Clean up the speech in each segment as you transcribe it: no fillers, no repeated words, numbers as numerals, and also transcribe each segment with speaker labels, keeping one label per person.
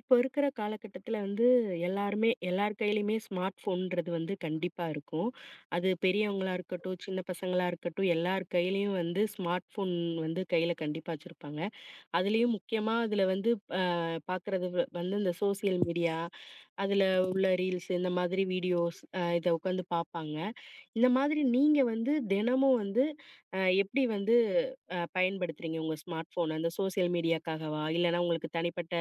Speaker 1: இப்போ இருக்கிற காலகட்டத்தில எல்லாருமே எல்லார் கையிலயுமே ஸ்மார்ட் ஃபோன்றது கண்டிப்பா இருக்கும். அது பெரியவங்களா இருக்கட்டும், சின்ன பசங்களா இருக்கட்டும், எல்லார் கையிலயும் ஸ்மார்ட் ஃபோன் கையில கண்டிப்பா வச்சிருப்பாங்க. அதுலயும் முக்கியமா அதுல வந்து அ பார்க்குறது வ வந்து இந்த சோசியல் மீடியா, அதுல உள்ள ரீல்ஸ் இந்த மாதிரி வீடியோஸ் இத உட்காந்து பார்ப்பாங்க. இந்த மாதிரி நீங்க தினமும் வந்து அ எப்படி வந்து அ பயன்படுத்துறீங்க உங்க ஸ்மார்ட் ஃபோன? அந்த சோசியல் மீடியாக்காகவா? இல்லன்னா உங்களுக்கு தனிப்பட்ட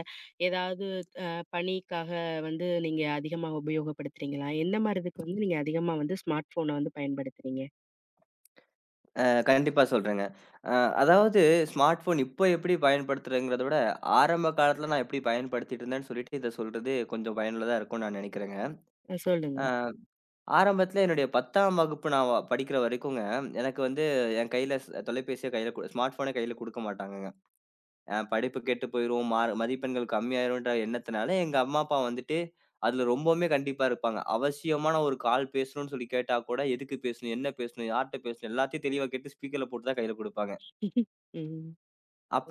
Speaker 1: ஏதாவது அ பணிக்காக நீங்க அதிகமா உபயோகப்படுத்துறீங்களா? எந்த மாரி இதுக்கு நீங்க அதிகமா ஸ்மார்ட் ஃபோன பயன்படுத்துறீங்க?
Speaker 2: கண்டிப்பா சொல்றேங்க. அ அதாவது ஸ்மார்ட் ஃபோன் இப்ப எப்படி பயன்படுத்துறேங்கிறத விட, ஆரம்ப காலத்துல நான் எப்படி பயன்படுத்திட்டு இருந்தேன்னு சொல்லிட்டு, இத சொல்றது கொஞ்சம் பயனுள்ளதா இருக்கும்னு நான் நெனைக்கிறேங்க.
Speaker 1: சொல்லுங்க.
Speaker 2: அ ஆரம்பத்துல என்னுடைய 10ஆம் வகுப்பு நான் படிக்கிற வரைக்குங்க, எனக்கு வந்து என் கையில தொலைபேசிய கையில ஸ்மார்ட் ஃபோன கையில குடுக்க மாட்டாங்கங்க. படிப்பு கெட்டு போயிரும், மதிப்பெண்கள் கம்மியாயிரும்ன்ற எண்ணத்துனால எங்க அம்மா, அப்பா வந்துட்டு அதுல ரொம்பவுமே கண்டிப்பா இருப்பாங்க. அவசியமான ஒரு கால் பேசணும்னு சொல்லி கேட்டா கூட, எதுக்கு பேசணும்? என்ன பேசணும்? யார்ட்ட பேசணும்? எல்லாத்தையும் தெளிவா கேட்டு ஸ்பீக்கர்ல போட்டு தான் கையில குடுப்பாங்க.
Speaker 1: ம்.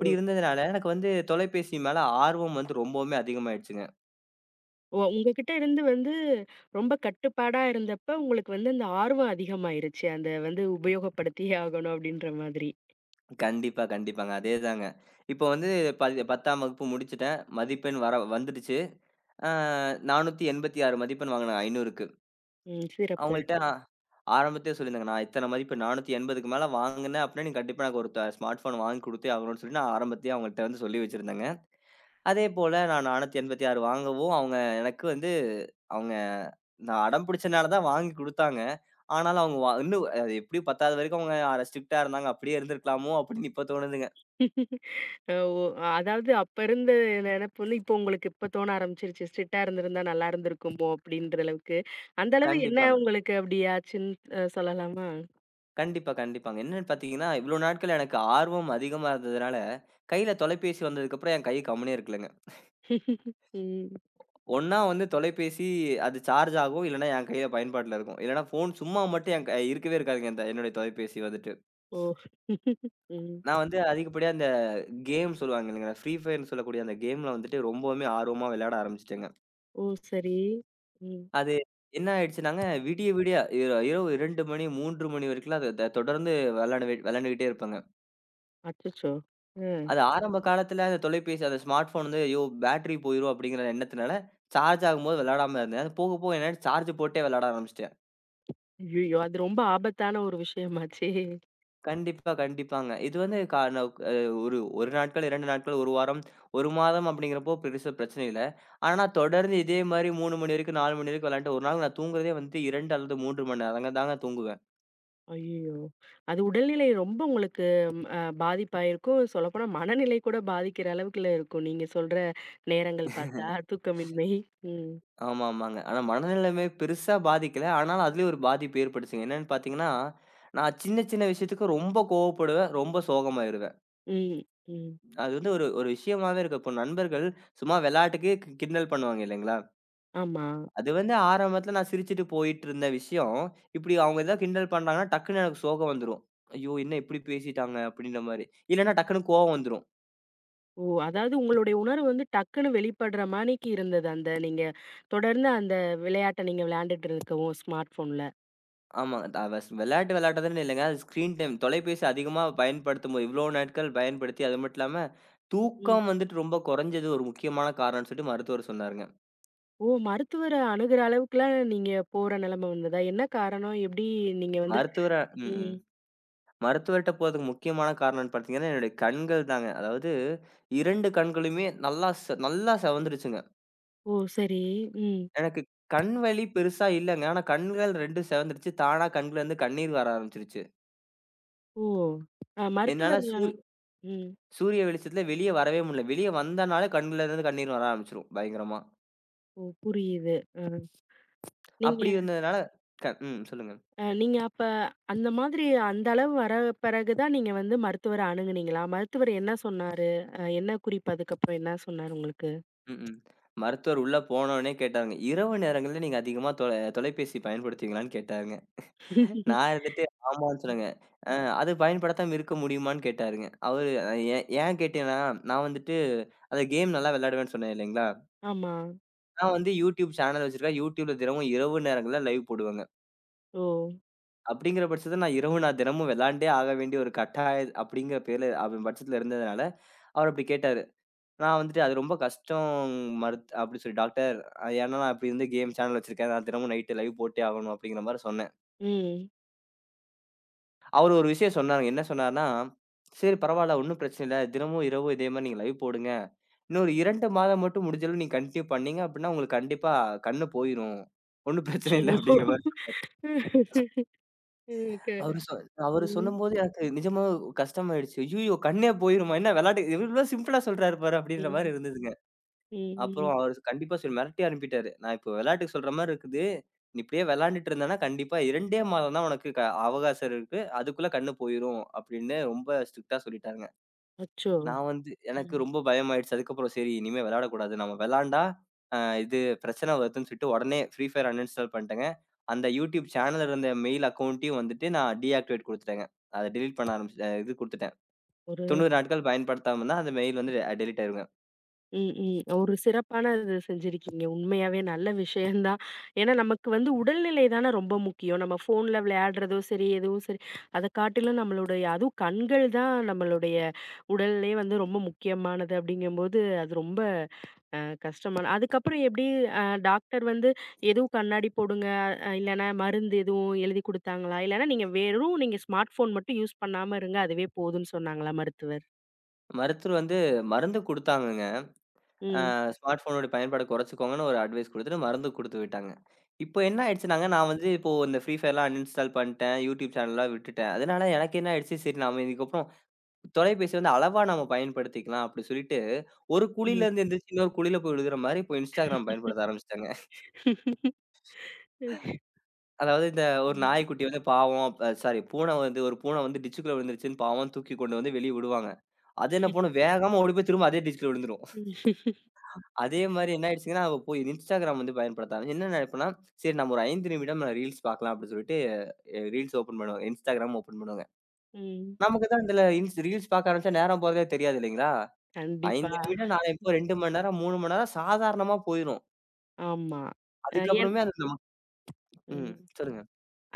Speaker 1: ஒ
Speaker 2: இருந்ததுனால, எனக்கு வந்து தொலைபேசி மேல ஆர்வம் வந்து ரொம்பவுமே அதிகமாயிடுச்சுங்க.
Speaker 1: ஒ உங்ககிட்ட இருந்து ரொம்ப கட்டுப்பாடா இருந்தப்ப, உங்களுக்கு அந்த ஆர்வம் அதிகமாயிருச்சு. அந்த உபயோகப்படுத்தியே ஆகணும் அப்படின்ற மாதிரி.
Speaker 2: கண்டிப்பா, கண்டிப்பாங்க. அதேதாங்க. இப்போ வந்து 10ஆம் வகுப்பு முடிச்சுட்டேன். மதிப்பெண் வர வந்துடுச்சு. அ 486 மதிப்பெண் வாங்கினேன் 500க்கு.
Speaker 1: ம். சிறப்பு.
Speaker 2: அவங்கள்ட்ட ஆரம்பத்திலே சொல்லியிருந்தேங்க, "நான் இத்தனை மதிப்பெண் 480க்கு மேல வாங்கினேன் அப்படின்னா, நீ கண்டிப்பா எனக்கு ஒரு ஸ்மார்ட் ஃபோன் வாங்கி குடுத்தே ஆகணும்னு" சொல்லி நான் ஆரம்பத்திலேயே அவங்கள்ட்ட வந்து சொல்லி வச்சிருந்தேங்க. அதேபோல நான் 486 வாங்கவும், அவங்க எனக்கு வந்து அவங்க நான் அடம் பிடிச்சனால தான் வாங்கி குடுத்தாங்க. ஆனாலும் அவங்க இன்னும் அது எப்படியும் 10வது வரைக்கும் அவங்க ஸ்ட்ரிக்ட்டா இருந்தாங்க. அப்படியே இருந்திருக்கலாமோ அப்படின்னு இப்ப தோணுதுங்க.
Speaker 1: அ ஓ! அதாவது அப்ப இருந்த நெனப்பு இப்போ உங்களுக்கு இப்ப தோண ஆரம்பிச்சிருச்சு. ஸ்ட்ரிக்ட்டா இருந்திருந்தா நல்லா இருந்திருக்குமோ! அப்பிடின்ற அளவுக்கு. அந்த அளவு என்ன
Speaker 2: கண்டிப்பாங்க.
Speaker 1: உங்களுக்கு அப்பிடி ஆச்சுன்னு சொல்லலாமா?
Speaker 2: கண்டிப்பா, கண்டிப்பாங்க. என்னன்னு பார்த்தீங்கன்னா, இவ்வளோ நாட்கள் எனக்கு ஆர்வம் அதிகமா இருந்ததுனால, கையில தொலைபேசி வந்ததுக்கப்புறம் என் கை கம்முனே இருக்கலங்க.
Speaker 1: ம்.
Speaker 2: ஒண்ணா வந்து தொலைபேசி அது சார்ஜ் ஆகும், இல்லன்னா என் கையில பயன்பாட்டுல இருக்கும். இல்லன்னா ஃபோன் சும்மா மட்டும் என் கை இருக்கவே இருக்காதுங்க இந்த என்னுடைய தொலைபேசி வந்துட்டு.
Speaker 1: ஓ! ம்.
Speaker 2: நான் வந்து அதிகப்படியா இந்த கேம் சொல்லுவாங்க இல்லைங்களா, ஃப்ரீ ஃபயர்ன்னு சொல்லக்கூடிய அந்த கேம்ல வந்துட்டு ரொம்பவுமே ஆர்வமா விளையாட ஆரம்பிச்சுட்டேங்க.
Speaker 1: ஓ! சரி. ம்.
Speaker 2: அது என்ன ஆயிடுச்சுனாங்க, விடிய விடிய இரவு 2 மணி, 3 மணி வரைக்கும்லாம் அத தொடர்ந்து வெளாண்டுகிட்டே இருப்பேங்க.
Speaker 1: அச்சச்சோ! அ.
Speaker 2: அது ஆரம்ப காலத்துல அந்த தொலைபேசி, அந்த ஸ்மார்ட் ஃபோன் வந்து "ஐயோ! பேட்டரி போயிரும்" அப்படிங்கிற எண்ணத்தினால, சார்ஜ் ஆகும்போது வெளாடாம இருந்தேன். அது போக போக என்னாயிடுச்சு சார்ஜ் போட்டே வெளாட ஆரம்பிச்சுட்டேன்.
Speaker 1: ஐயய்யோ! அது ரொம்ப ஆபத்தான ஒரு விஷயமாச்சே!
Speaker 2: கண்டிப்பா, கண்டிப்பாங்க. இது வந்து கா ந அ ஒரு 1 நாட்கள், 2 நாட்கள், 1 வாரம், 1 மாதம் அப்படிங்கிறப்போ பெருசா பிரச்சனை இல்ல. ஆனா தொடர்ந்து இதே மாரி 3 மணி வரைக்கும், 4 மணி வரைக்கும் வெளாண்ட்டு, ஒரு நாள் நான் தூங்குறதே வந்து 2 அல்லது 3 மணி நேரம் தாங்க தூங்குவேன்.
Speaker 1: ஐயய்யோ! அது உடல்நிலை ரொம்ப உங்களுக்கு பாதிப்பாயிருக்கும். சொல்லப்போனா மனநிலை கூட பாதிக்கிற அளவுக்குள்ள இருக்கும். நீங்க சொல்ற நேரங்கள் பார்த்தா, தூக்கமின்மை. ம்.
Speaker 2: ஆமா, ஆமாங்க. ஆனா மனநிலைமை பெருசா பாதிக்கல. ஆனாலும் அதிலயும் ஒரு பாதிப்பு ஏற்பட்டுச்சுங்க. என்னன்னு பார்த்தீங்கன்னா, நான் சின்ன சின்ன விஷயத்துக்கு ரொம்ப கோவப்படுவேன். ரொம்ப சோகமாயிருவேன்.
Speaker 1: ம், ம்.
Speaker 2: அது வந்து ஒரு ஒரு விஷயமாவே இருக்கு. இப்போ நண்பர்கள் சும்மா விளையாட்டுக்கு கிண்டல் பண்ணுவாங்க இல்லைங்களா?
Speaker 1: ஆமா.
Speaker 2: அது வந்து ஆரம்பத்தில நான் சிரிச்சுட்டு போயிட்டுருந்த விஷயம், இப்படி அவங்க ஏதாவது கிண்டல் பண்ணாங்கன்னா, டக்குன்னு எனக்கு சோகம் வந்துரும். ஐயோ! என்ன இப்படி பேசிட்டாங்க? அப்படின்ற மாரி. இல்லன்னா டக்குன்னு கோவம் வந்துரும்.
Speaker 1: ஓ! அதாவது உங்களுடைய உணர்வு டக்குன்னு வெளிப்படுற மாணிக்கு இருந்தது. அந்த நீங்க தொடர்ந்து அந்த விளையாட்ட நீங்க விளையாண்டுட்டு இருக்கவும் ஸ்மார்ட் ஃபோன்ல.
Speaker 2: ஆமா. அவ விளையாட்டு விளையாடுறதுன்னு இல்லங்க. அது ஸ்க்ரீன் டைம் தொலைபேசி அதிகமா பயன்படுத்தும்போது இவ்ளோ நாட்கள் பயன்படுத்தி, அது மட்டும் இல்லாம
Speaker 1: ம்.
Speaker 2: தூக்கம் வந்துட்டு ரொம்ப குறைஞ்சது ஒரு முக்கியமான காரணம்னு சொல்லிட்டு மருத்துவர் சொன்னாருங்க.
Speaker 1: ஓ! மருத்துவர அணுகுற அளவுக்குலாம் நீங்க போற நிலைமை வந்ததா? என்ன காரணம்? எப்படி நீங்க
Speaker 2: மருத்துவர ம்,
Speaker 1: ம்.
Speaker 2: மருத்துவர்ட்ட போறதுக்கு முக்கியமான காரணம்னு பார்த்தீங்கன்னா, என்னுடைய கண்கள் தாங்க. அதாவது 2 கண்களுமே நல்லா நல்லா செவந்துருச்சுங்க.
Speaker 1: ஓ! சரி. ம்.
Speaker 2: எனக்கு கண் வலி பெருசா இல்லங்க. ஆனா கண்கள் 2 செவந்துருச்சு. தானா கண்கள்லேருந்து கண்ணீர் வர ஆரம்பிச்சுருச்சு.
Speaker 1: ஓ! அ
Speaker 2: என்னால
Speaker 1: மருத்துவர் அணு- ம்.
Speaker 2: சூரிய வெளிச்சத்துல வெளிய வரவே முடியல. வெளிய வந்தனாலே கண்கள்லேருந்து கண்ணீர் வர ஆரம்பிச்சுரும் பயங்கரமா.
Speaker 1: ஓ! புரியுது. அ. நீங்க
Speaker 2: அப்படி இருந்ததுனால ம். சொல்லுங்க.
Speaker 1: நீங்க அப்ப அந்த மாதிரி அந்த அளவு வர பிறகு தான் நீங்க மருத்துவர அணுகுனீங்களா? மருத்துவர் என்ன சொன்னாரு? என்ன குறிப்பு அதுக்கப்புறம் என்ன சொன்னாரு உங்களுக்கு?
Speaker 2: ம். மருத்துவர் உள்ள போனோனே கேட்டாங்க. "இரவு நேரங்கள்ல நீங்க அதிகமா தொலைபேசி பயன்படுத்துவீங்களான்னு?" கேட்டாருங்க. நான் இருந்துட்டு ஆமான்னு
Speaker 1: ம்.
Speaker 2: சொன்னேங்க. அ அது பயன்படுத்தாம இருக்க முடியுமான்னு கேட்டாருங்க. அவரு ஏன் ஏன் கேட்டேன்னா, நான் வந்துட்டு அந்த கேம் நல்லா விளையாடுவேன்னு சொன்னேன் இல்லைங்களா?
Speaker 1: ஆமா.
Speaker 2: நான் வந்து YouTube சேனல் வச்சிருக்கேன். YouTubeல தினமும் இரவு நேரங்கள்ல லைவ் போடுவேங்க.
Speaker 1: ஓ!
Speaker 2: அப்படிங்கிற பட்சத்துல நான் இரவு நான் தினமும் விளையாண்டே ஆக வேண்டிய ஒரு கட்டாய அப்படிங்கிற பேர்ல அவ பட்சத்துல இருந்ததுனால, அவர் அப்படி கேட்டாரு. நான் வந்துட்டு அது ரொம்ப கஷ்டம் அப்படி சொல்லி டாக்டர் ஏன்னா நான் இப்படி வந்து கேம் சேனல் வச்சிருக்கேன். நான் தினமும் நைட் லைவ் போட்டே ஆகணும் அப்படிங்கிற மாரி சொன்னேன்.
Speaker 1: ம்.
Speaker 2: அவரு ஒரு விஷயம் சொன்னாருங்க. என்ன சொன்னாருன்னா, "சரி பரவால்ல ஒண்ணும் பிரச்சனை இல்ல. தினமும் இரவு இதே மாரி நீங்க லைவ் போடுங்க. இன்னொரு 2 மாதம் மட்டும் முடிஞ்ச அளவு நீங்க கன்டின்யூ பண்ணீங்க அப்படின்னா, உங்களுக்கு கண்டிப்பா கண்ணு போயிரும். ஒண்ணும்
Speaker 1: அச்சோ!
Speaker 2: பிரச்சனை இல்ல." அப்படிங்கிற மாரி சொன்னாரு.
Speaker 1: ம்.
Speaker 2: அவரு சொ அவரு
Speaker 1: ம்.
Speaker 2: சொல்லும்போது எனக்கு நிஜமா கஷ்டமாயிடுச்சு. ஐய்யயோ! கண்ணே போயிருமா? என்ன விளையாட்டு இவ்ளோ சிம்பிளா சொல்றாரு பாரு அப்படின்ற
Speaker 1: ம்.
Speaker 2: மாரி இருந்ததுங்க.
Speaker 1: ம்.
Speaker 2: அப்புறம்
Speaker 1: ம்.
Speaker 2: அவரு கண்டிப்பா சொல்லி மிரட்டி அனுப்பிட்டாரு. நான் இப்போ விளையாட்டுக்கு சொல்ற மாரி இருக்குது. நீ இப்படியே விளையாண்டுட்டு இருந்தேன்னா, கண்டிப்பா 2டே மாதம் தான் உனக்கு அவகாசம் இருக்கு. அதுக்குள்ள கண்ணு போயிரும் அப்படின்னு ரொம்ப ஸ்ட்ரிக்ட்டா சொல்லிட்டாங்க.
Speaker 1: அச்சோ!
Speaker 2: நான் வந்து எனக்கு
Speaker 1: ம்.
Speaker 2: ரொம்ப பயமாயிடுச்சு. அதுக்கப்புறம் சரி இனிமே விளையாடக்கூடாது. நம்ம விளையாண்டா அ இது பிரச்சனை வருதுன்னு சொல்லிட்டு உடனே ஃப்ரீ ஃபயர் அன்இன்ஸ்டால் பண்ணிட்டேங்க. அந்த யூடியூப் சேனல் இருந்த மெயில் அக்கவுண்ட்டயும் வந்துட்டு நான் டீஆக்டிவேட் குடுத்துட்டேங்க. அத டெலீட் பண்ண ஆரம்பிச்சு இது குடுத்துட்டேன்.
Speaker 1: ஒரு
Speaker 2: 90 நாட்கள் பயன்படுத்தாம இருந்தா அந்த மெயில் வந்து டெலீட் ஆயிருங்க.
Speaker 1: ம், ம். ஒரு சிறப்பான இது செஞ்சிருக்கீங்க. உண்மையாவே நல்ல விஷயம் தான். ஏன்னா, நமக்கு உடல்நிலை தான ரொம்ப முக்கியம். நம்ம ஃபோன்ல விளையாடுறதோ சரி, எதுவும் சரி, அத காட்டிலும் நம்மளுடைய அதுவும் கண்கள் தான் நம்மளுடைய உடல்லயே ரொம்ப முக்கியமானது அப்படிங்கும்போது, அது ரொம்ப அ கஷ்டமான அதுக்கப்புறம் எப்படி அ டாக்டர் எதுவும் கண்ணாடி போடுங்க, இல்லன்னா மருந்து எதுவும் எழுதி குடுத்தாங்களா? இல்லன்னா நீங்க ஸ்மார்ட் ஃபோன் மட்டும் யூஸ் பண்ணாம இருங்க, அதுவே போதும்ன்னு சொன்னாங்களா மருத்துவர்?
Speaker 2: மருத்துவர் வந்து மருந்து குடுத்தாங்கங்க. அ
Speaker 1: ம்,
Speaker 2: ஸ்மார்ட் ஃபோனோட பயன்பாட குறைச்சுக்கோங்கன்னு ஒரு அட்வைஸ் குடுத்துட்டு, மருந்து குடுத்து விட்டாங்க. இப்போ என்ன ஆயிடுச்சுனாங்க, நான் வந்து இப்போ இந்த ஃப்ரீ ஃபயர்லாம் அன்இன்ஸ்டால் பண்ணிட்டேன். யூடியூப் சேனல்லாம் விட்டுட்டேன். அதனால எனக்கு என்ன ஆயிடுச்சு, சரி நாம இதுக்கப்புறம் தொலைபேசி வந்து அளவா நம்ம பயன்படுத்திக்கலாம் அப்படி சொல்லிட்டு, ஒரு
Speaker 1: ம்.
Speaker 2: குழியிலேருந்து எந்திரிச்சு இன்னொரு குழியில போய் விழுகுற மாரி இப்போ இன்ஸ்டாகிராம் பயன்படுத்த ஆரம்பிச்சுட்டாங்க. அதாவது இந்த ஒரு
Speaker 1: ம்.
Speaker 2: நாய்க்குட்டி வந்து பாவம் சாரி பூனை வந்து ஒரு பூனை வந்து டிச்சுக்குள்ள விழுந்துருச்சுன்னு பாவம்ன்னு தூக்கி கொண்டு வந்து வெளிய விடுவாங்க. அது என்ன பண்ணும் வேகமா ஓடி போய் திரும்ப அதே டிச்சுக்குள்ள விழுந்துரும்.
Speaker 1: ம்.
Speaker 2: அதே மாரி என்ன ஆயிடுச்சுங்கன்னா, அவ போய் Instagram வந்து பயன்படுத்த ஆரம்பிச்சு. என்ன நினைப்பேன்னா, சரி நம்ம ஒரு 5 நிமிடம் ரீல்ஸ் பார்க்கலாம் அப்படின்னு சொல்லிட்டு, ரீல்ஸ் ஓப்பன் பண்ணுவேன். Instagram ஓப்பன் பண்ணுவேங்க.
Speaker 1: ம்.
Speaker 2: நமக்கு தான் இதுல ரீல்ஸ் பார்க்க ஆரம்பிச்சா நேரம் போறதே தெரியாது இல்லைங்களா?
Speaker 1: கண்டிப்பா.
Speaker 2: 5 நிமிடம் நான் இப்போ 2 மணி நேரம், 3 மணி நேரம் சாதாரணமா போயிரும்.
Speaker 1: ஆமா. அ ஏன்
Speaker 2: அதுக்கப்புறமே அது நமக்கு ம்.
Speaker 1: ம்.
Speaker 2: சொல்லுங்க.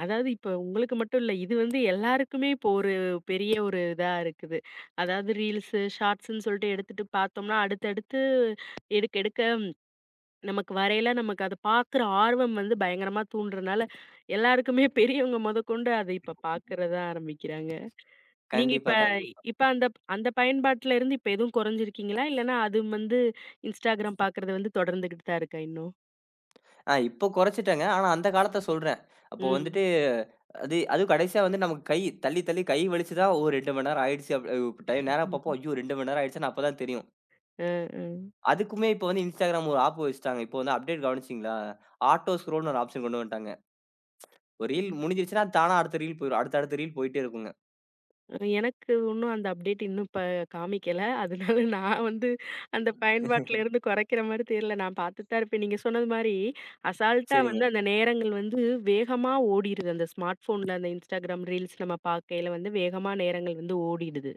Speaker 1: அதாவது இப்ப உங்களுக்கு மட்டும் இல்ல. இது எல்லாருக்குமே இப்போ ஒரு பெரிய ஒரு இதா இருக்குது. அதாவது ரீல்ஸு, ஷார்ட்ஸ்ன்னு சொல்லிட்டு எடுத்துட்டு பார்த்தோம்னா, அடுத்தடுத்து எடுக்க எடுக்க நமக்கு அத பார்க்குற ஆர்வம் பயங்கரமா தூண்டுறனால, எல்லாருக்குமே பெரியவங்க முதற்கொண்டு அத இப்ப பார்க்கறத ஆரம்பிக்கிறாங்க. நீங்க இப்ப
Speaker 2: கண்டிப்பா, கண்டிப்பா.
Speaker 1: இப்ப அந்த அந்த பயன்பாட்டுல இருந்து இப்ப எதுவும் குறைஞ்சிருக்கீங்களா? இல்லன்னா அது Instagram பார்க்கறது தொடர்ந்துகிட்டு தான் இருக்கா இன்னும்?
Speaker 2: ஆ இப்போ குறைச்சுட்டேங்க. ஆனா அந்த காலத்த சொல்றேன். அப்போ
Speaker 1: ம்.
Speaker 2: வந்துட்டு அது அதுவும் கடைசியா வந்து நமக்கு கை தள்ளி, தள்ளி கை வலிச்சு தான் ஓ 2 மணி நேரம் ஆயிடுச்சு. டைம் நேரம்
Speaker 1: ம்.
Speaker 2: பார்ப்போம். ஐயோ! 2 மணி நேரம் ஆயிடுச்சுன்னு அப்பதான் தெரியும்.
Speaker 1: அ, அ.
Speaker 2: அதுக்குமே இப்ப வந்து Instagram ஒரு ஆப் வச்சுட்டாங்க. இப்போ வந்து அப்டேட் கவனிச்சீங்களா? ஆட்டோ ஸ்க்ரோல்ன்னு ஒரு ஆப்ஷன் கொண்டு வந்துட்டாங்க. ஒரு ரீல்
Speaker 1: ம்.
Speaker 2: முடிஞ்சிருச்சுன்னா, தானா அடுத்த ரீல் போயிரும். அடுத்த அடுத்த ரீல் போயிட்டே இருக்குங்க.
Speaker 1: எனக்கு இன்னும் அந்த அப்டேட் இன்னும் இப்ப காமிக்கல. அதனால நான் அந்த பயன்பாட்டுல இருந்து குறைக்கிற மாரி தெரியல. நான் பார்த்துட்டு தான் இருப்பேன். நீங்க சொன்னது மாரி அசால்ட்டா
Speaker 2: சரிங்க.
Speaker 1: அந்த நேரங்கள் வேகமா ஓடிருது. அந்த ஸ்மார்ட் ஃபோன்ல அந்த Instagram ரீல்ஸ் நம்ம பார்க்கையில வேகமா நேரங்கள் ஓடிடுது.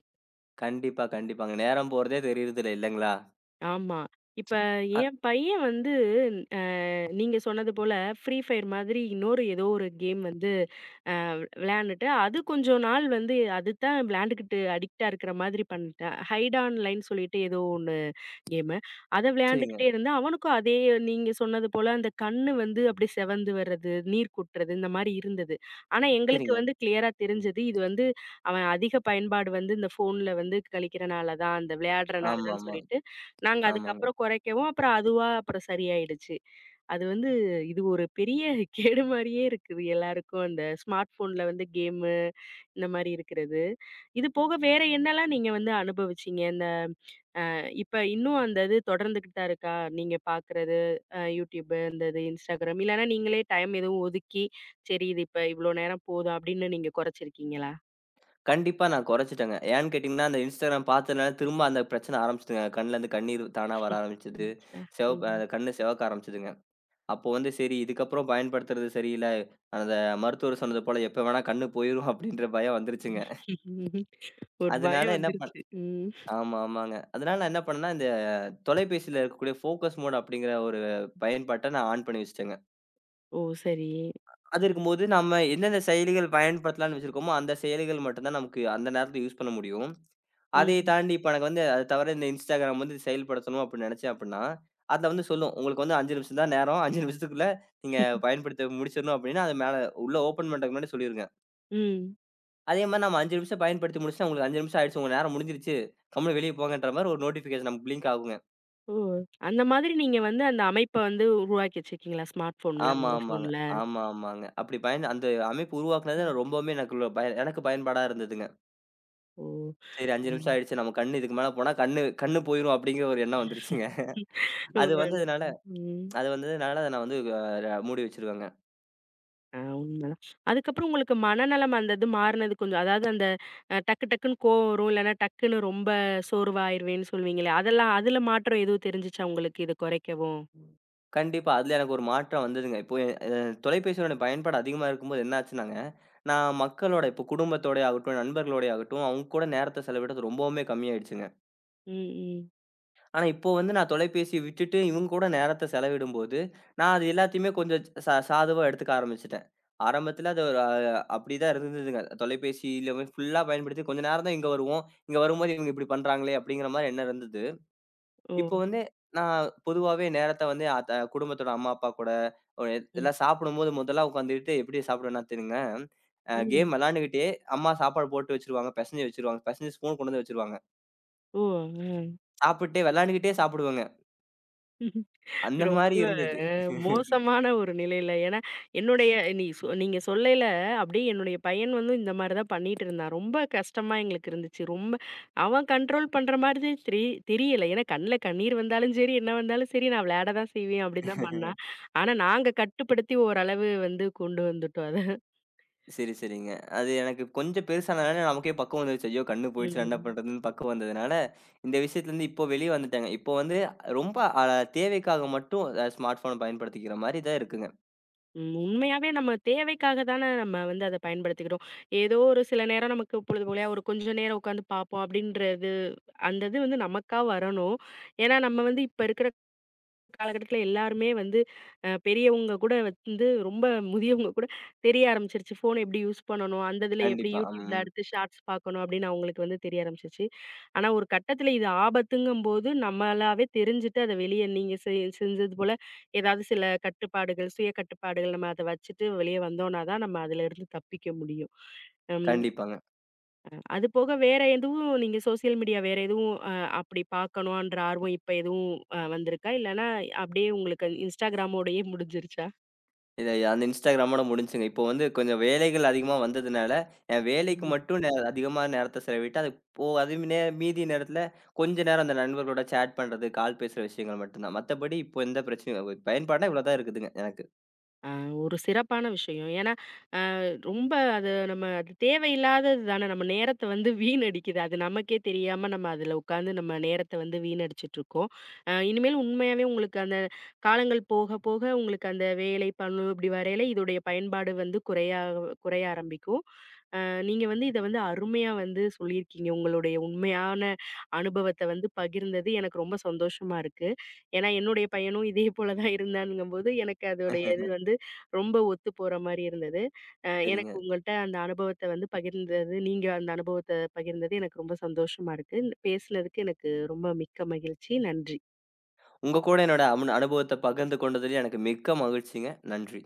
Speaker 2: கண்டிப்பா, கண்டிப்பாங்க. நேரம் போறதே தெரியறதில்ல இல்லைங்களா?
Speaker 1: ஆமா. இப்ப
Speaker 2: அ
Speaker 1: என் பையன் வந்து அ நீங்க சொன்னது போல ஃப்ரீ ஃபயர் மாதிரி இன்னொரு ஏதோ ஒரு கேம் வந்து அ விளையாண்டுட்டு, அது கொஞ்சம் நாள் அதுதான் விளையாண்டுக்கிட்டு அடிக்ட்டா இருக்கிற மாதிரி பண்ணிட்டேன். ஹைட் ஆன்லைன்னு சொல்லிட்டு ஏதோ ஒண்ணு. கேமு. அத
Speaker 2: சரிங்க,
Speaker 1: விளையாண்டுக்கிட்டே இருந்தேன். அவனுக்கும் அதே நீங்க சொன்னது போல அந்த கண்ணு அப்படியே செவந்து வர்றது, நீர் கொட்டுறது இந்த மாரி இருந்தது. ஆனா எங்களுக்கு
Speaker 2: சரிங்க.
Speaker 1: கிளியரா தெரிஞ்சது, இது அவன் அதிக பயன்பாடு இந்த ஃபோன்ல கழிக்கிறனால தான், அந்த விளையாடுறனால
Speaker 2: ஆமா,
Speaker 1: தான்
Speaker 2: ஆமா.
Speaker 1: சொல்லிட்டு, நாங்க
Speaker 2: ஆமாங்க.
Speaker 1: அதுக்கப்புறம் குறைக்கவும், அப்புறம் அதுவா அப்புறம் சரியாயிடுச்சு. அது இது ஒரு பெரிய கேடு மாரியே இருக்குது எல்லாருக்கும். அந்த ஸ்மார்ட் ஃபோன்ல கேமு இந்த மாரி இருக்கிறது. இது போக வேற என்னலாம் நீங்க அனுபவிச்சீங்க? இந்த இப்ப இன்னும் அந்த இது தொடர்ந்துகிட்டு தான் இருக்கா? நீங்க பாக்குறது, YouTube இந்த இது Instagram இல்லன்னா நீங்களே டைம் எதுவும் ஒதுக்கி, சரி இது இப்ப இவ்ளோ நேரம் போதும் அப்படின்னு நீங்க குறைச்சிருக்கீங்களா?
Speaker 2: கண்டிப்பா நான் குறைச்சுட்டேங்க. ஏன்னு கேட்டீங்கன்னா, அந்த Instagram பார்த்ததுனால திரும்ப அந்த பிரச்சனை ஆரம்பிச்சுதுங்க. கண்லேருந்து கண்ணீர் தானா வர ஆரம்பிச்சது.
Speaker 1: இருந்துச்சா?
Speaker 2: சிவப் அ
Speaker 1: ம்.
Speaker 2: கண்ணு சிவக்க ஆரம்பிச்சதுங்க. அப்போ வந்து சரி இதுக்கப்புறம் பயன்படுத்துறது சரியில்ல. அந்த மருத்துவர் சொன்னது போல எப்ப வேணா கண்ணு போயிரும் அப்படின்ற பயம் வந்துருச்சுங்க.
Speaker 1: ஒரு
Speaker 2: அதனால
Speaker 1: பயம்
Speaker 2: என்ன
Speaker 1: வந்துருச்சு. ம்.
Speaker 2: ஆமா, ஆமாங்க. அதனால நான் என்ன பண்ணேன்னா, இந்த தொலைபேசியில இருக்கக்கூடிய ஃபோக்கஸ் மோட் அப்படிங்கிற ஒரு பயன்பாட்ட நான் ஆன் பண்ணி வச்சுட்டேங்க.
Speaker 1: ஓ! சரி.
Speaker 2: அது இருக்கும்போது, நம்ம எந்தெந்த செயலிகள் பயன்படுத்தலாம்ன்னு வச்சிருக்கோமோ, அந்த செயலிகள் மட்டும் தான் நமக்கு அந்த நேரத்துல யூஸ் பண்ண முடியும். அதை
Speaker 1: ம்.
Speaker 2: தாண்டி இப்ப எனக்கு வந்து அது தவிர இந்த Instagram வந்து செயல்படுத்தணும் அப்படின்னு நினைச்சேன் அப்படின்னா, அதுல வந்து சொல்லும். உங்களுக்கு வந்து 5 நிமிஷம் தான் நேரம். 5 நிமிஷத்துக்குள்ள நீங்க பயன்படுத்த முடிச்சிடணும் அப்படின்னா, அது மேல உள்ள ஓப்பன் பண்றதுக்கு முன்னாடி சொல்லிரும்.
Speaker 1: ம்.
Speaker 2: அதே மாரி நம்ம 5 நிமிஷம் பயன்படுத்தி முடிச்சுட்டா, உங்களுக்கு 5 நிமிஷம் ஆயிடுச்சு. உங்க நேரம் முடிஞ்சிருச்சு. கம்முனு வெளிய போங்கன்ற மாரி ஒரு நோட்டிஃபிகேஷன் நமக்கு பிளிங்க் ஆகுங்க.
Speaker 1: ஓ! அந்த மாதிரி நீங்க அந்த அமைப்ப உருவாக்கி வச்சிருக்கீங்களா? ஸ்மார்ட் ஃபோன்ல,
Speaker 2: ஆமா,
Speaker 1: உங்க
Speaker 2: ஆமாங்க.
Speaker 1: ஃபோன்ல?
Speaker 2: ஆமா, ஆமாங்க. அப்படி பயன் அந்த அமைப்பு உருவாக்குனது
Speaker 1: ம்.
Speaker 2: எனக்கு ரொம்பவுமே எனக்குள்ள பய எனக்கு பயன்பாடா இருந்ததுங்க.
Speaker 1: ஓ!
Speaker 2: சரி 5 நிமிஷம்
Speaker 1: ம்.
Speaker 2: ஆயிடுச்சு. நம்ம கண்ணு இதுக்கு மேல போனா கண்ணு கண்ணு போயிரும் அப்படிங்கிற ஒரு எண்ணம் வந்துருச்சுங்க. அது
Speaker 1: உங்க அந்த
Speaker 2: வந்ததுனால
Speaker 1: phone. ம்.
Speaker 2: அது வந்ததுனால அத நான் வந்து மூடி வச்சுருவேங்க.
Speaker 1: ஆ உண்மதான். அதுக்கப்புறம் உங்களுக்கு மனநலம் அந்த இது மாறுனது கொஞ்சம் அதாவது அந்த டக்குன்னு கோவம் வரும். இல்லன்னா டக்குன்னு ரொம்ப சோர்வாயிருவேன்னு சொல்லுவீங்களே! அதெல்லாம் அதுல மாற்றம் எதுவும் தெரிஞ்சுச்சா உங்களுக்கு இது குறைக்கவும்?
Speaker 2: கண்டிப்பா. அதுல எனக்கு ஒரு மாற்றம் வந்ததுங்க. இப்போ எ அ தொலைபேசியோட பயன்பாடு அதிகமா இருக்கும்போது என்ன ஆச்சுன்னாங்க, நான் மக்களோட இப்போ குடும்பத்தோடயே ஆகட்டும், நண்பர்களோடயே ஆகட்டும், அவங்க கூட நேரத்த செலவிடுறது ரொம்பவுமே கம்மியாயிடுச்சுங்க.
Speaker 1: ம், ம்.
Speaker 2: ஆனா, இப்போ வந்து நான் தொலைபேசிய விட்டுட்டு இவங்க கூட நேரத்த செலவிடும்போது, நான் அது எல்லாத்தையுமே கொஞ்சம் சாதுவா எடுத்துக்க ஆரம்பிச்சுட்டேன். ஆரம்பத்தில அது ஒரு அப்படிதான் இருந்ததுங்க. தொலைபேசியில வந்து ஃபுல்லா பயன்படுத்தி கொஞ்ச நேரம் தான் இங்க வருவோம். இங்க வரும்போது இவங்க இப்படி பண்றாங்களே அப்படிங்கிற மாரி எண்ணம் இருந்தது.
Speaker 1: ஓ!
Speaker 2: இப்போ வந்து நான் பொதுவாவே நேரத்த வந்து அத குடும்பத்தோட அம்மா, அப்பா கூட ஒரு
Speaker 1: ம்,
Speaker 2: எல்லாம் சாப்பிடும்போது முதல்ல உட்காந்துக்கிட்டு எப்படி சாப்பிடுவேன்னா தெரியுங்க,
Speaker 1: ம்.
Speaker 2: கேம் விளையாண்டுக்கிட்டே அம்மா சாப்பாடு போட்டு வச்சுருவாங்க, பெசஞ்சு வச்சுருவாங்க. பெசஞ்சு ஸ்பூன் கொண்டு வந்து வச்சுருவாங்க.
Speaker 1: ஓ! அ.
Speaker 2: சாப்பிட்டே விளையாண்டுக்கிட்டே சாப்பிடுவேங்க. அந்த
Speaker 1: ரொம்ப
Speaker 2: மாரி இருந்தது.
Speaker 1: மோசமான ஒரு நிலையில. ஏன்னா, என்னுடைய நீ சொ நீங்க சொல்லையில அப்படியே என்னுடைய பையன் இந்த மாரி தான் பண்ணிட்டு இருந்தான். ரொம்ப கஷ்டமா எங்களுக்கு இருந்துச்சு. ரொம்ப அவன் கண்ட்ரோல் பண்ற மாதிரி தெரியல. ஏன்னா கண்ல கண்ணீர் வந்தாலும் சரி, என்ன வந்தாலும் சரி, நான் விளையாட தான் செய்வேன் அப்படின்னு தான் பண்ணான். ஆனா, நாங்க கட்டுப்படுத்தி ஓரளவு கொண்டு வந்துட்டோம் அத.
Speaker 2: சரி, சரிங்க. அது எனக்கு கொஞ்சம் பெருசானனால நமக்கே பக்குவம் வந்துருச்சு. ஐயோ! கண்ணு போயிடுச்சுனா என்ன
Speaker 1: ம்.
Speaker 2: பண்றதுன்னு பக்குவம் வந்ததுனால, இந்த விஷயத்துலருந்து இப்போ வெளிய வந்துட்டேங்க. இப்போ வந்து ரொம்ப அ தேவைக்காக மட்டும் ஸ்மார்ட் ஃபோன பயன்படுத்திக்கிற மாரி தான் இருக்குங்க.
Speaker 1: ம். உண்மையாவே நம்ம தேவைக்காக தான நம்ம அத பயன்படுத்திக்கிறோம். ஏதோ ஒரு சில நேரம் நமக்கு பொழுதுபோலயா ஒரு கொஞ்ச நேரம் உட்காந்து பார்ப்போம் அப்படின்றது, அந்த இது நமக்கா வரணும். ஏன்னா நம்ம இப்ப இருக்கிற காலகட்டத்துல எல்லாருமே வந்து அ பெரியவங்க கூட ரொம்ப முதியவங்க கூட தெரிய ஆரம்பிச்சிருச்சு. ஃபோன் எப்படி யூஸ் பண்ணணும், அந்த இதுல எப்படி
Speaker 2: கண்டிப்பா.
Speaker 1: YouTubeல
Speaker 2: ம்.
Speaker 1: அடுத்து ஷார்ட்ஸ் பார்க்கணும் அப்படின்னு அவங்களுக்கு தெரிய ஆரம்பிச்சிருச்சு. ஆனா ஒரு கட்டத்துல இது ஆபத்துங்கும்போது நம்மளாவே தெரிஞ்சுட்டு அத வெளிய நீங்க செஞ்சது போல ஏதாவது சில கட்டுப்பாடுகள், சுய கட்டுப்பாடுகள் நம்ம அத வச்சுட்டு வெளிய வந்தோம்னா தான் நம்ம அதுல இருந்து தப்பிக்க முடியும். அம்
Speaker 2: கண்டிப்பாங்க.
Speaker 1: அது போக வேற எதுவும் நீங்க சோசியல் மீடியா வேற எதுவும் அப்படி பார்க்கணுன்ற ஆர்வம் இப்ப எதுவும் வந்திருக்கா? இல்லன்னா அப்படியே உங்களுக்கு Instagramஓடயே முடிஞ்சிருச்சா?
Speaker 2: இத அந்த இன்ஸ்டாகிராமோட முடிஞ்சுங்க. இப்போ வந்து கொஞ்சம் வேலைகள் அதிகமா வந்ததுனால, என் வேலைக்கு
Speaker 1: ம்.
Speaker 2: மட்டும் அதிகமா நேரத்த செலவிட்டு, அது போ அது நே மீதி நேரத்துல கொஞ்ச நேரம் அந்த நண்பர்களோட சேட் பண்றது, கால் பேசுற விஷயங்கள் மட்டும் தான். மத்தபடி இப்போ எந்த பிரச்சனையும் பயன்பாடுனா இவ்வளோ தான் இருக்குதுங்க எனக்கு.
Speaker 1: ஆ ஒரு சிறப்பான விஷயம். ஏன்னா, அ ரொம்ப அது நம்ம அது தேவையில்லாதது தானே. நம்ம நேரத்த வீணடிக்குது. அது நமக்கே தெரியாம நம்ம அதுல உட்காந்து நம்ம நேரத்த வீணடிச்சுட்டுருக்கோம். இனிமேல் உண்மையாவே உங்களுக்கு அந்த காலங்கள் போக போக உங்களுக்கு அந்த வேலை, பளு இப்படி வரையில இதோடைய பயன்பாடு குறைய குறைய ஆரம்பிக்கும். நீங்க இத அருமையா சொல்லியிருக்கீங்க. உங்களுடைய உண்மையான அனுபவத்த பகிர்ந்தது எனக்கு ரொம்ப சந்தோஷமா இருக்கு. ஏன்னா, என்னுடைய பையனும் இதே போல தான் இருந்தானுங்கம்போது, எனக்கு அதோடைய இது ரொம்ப ஒத்து போற மாரி இருந்தது. எனக்கு
Speaker 2: சரிங்க.
Speaker 1: உங்கள்ட்ட அந்த அனுபவத்த பகிர்ந்தது எனக்கு ரொம்ப சந்தோஷமா இருக்கு. பேசுனதுக்கு எனக்கு ரொம்ப மிக்க மகிழ்ச்சி. நன்றி.
Speaker 2: உங்க கூட என்னோட அனுபவத்த பகிர்ந்து கொண்டதிலே எனக்கு மிக்க மகிழ்ச்சிங்க. நன்றி.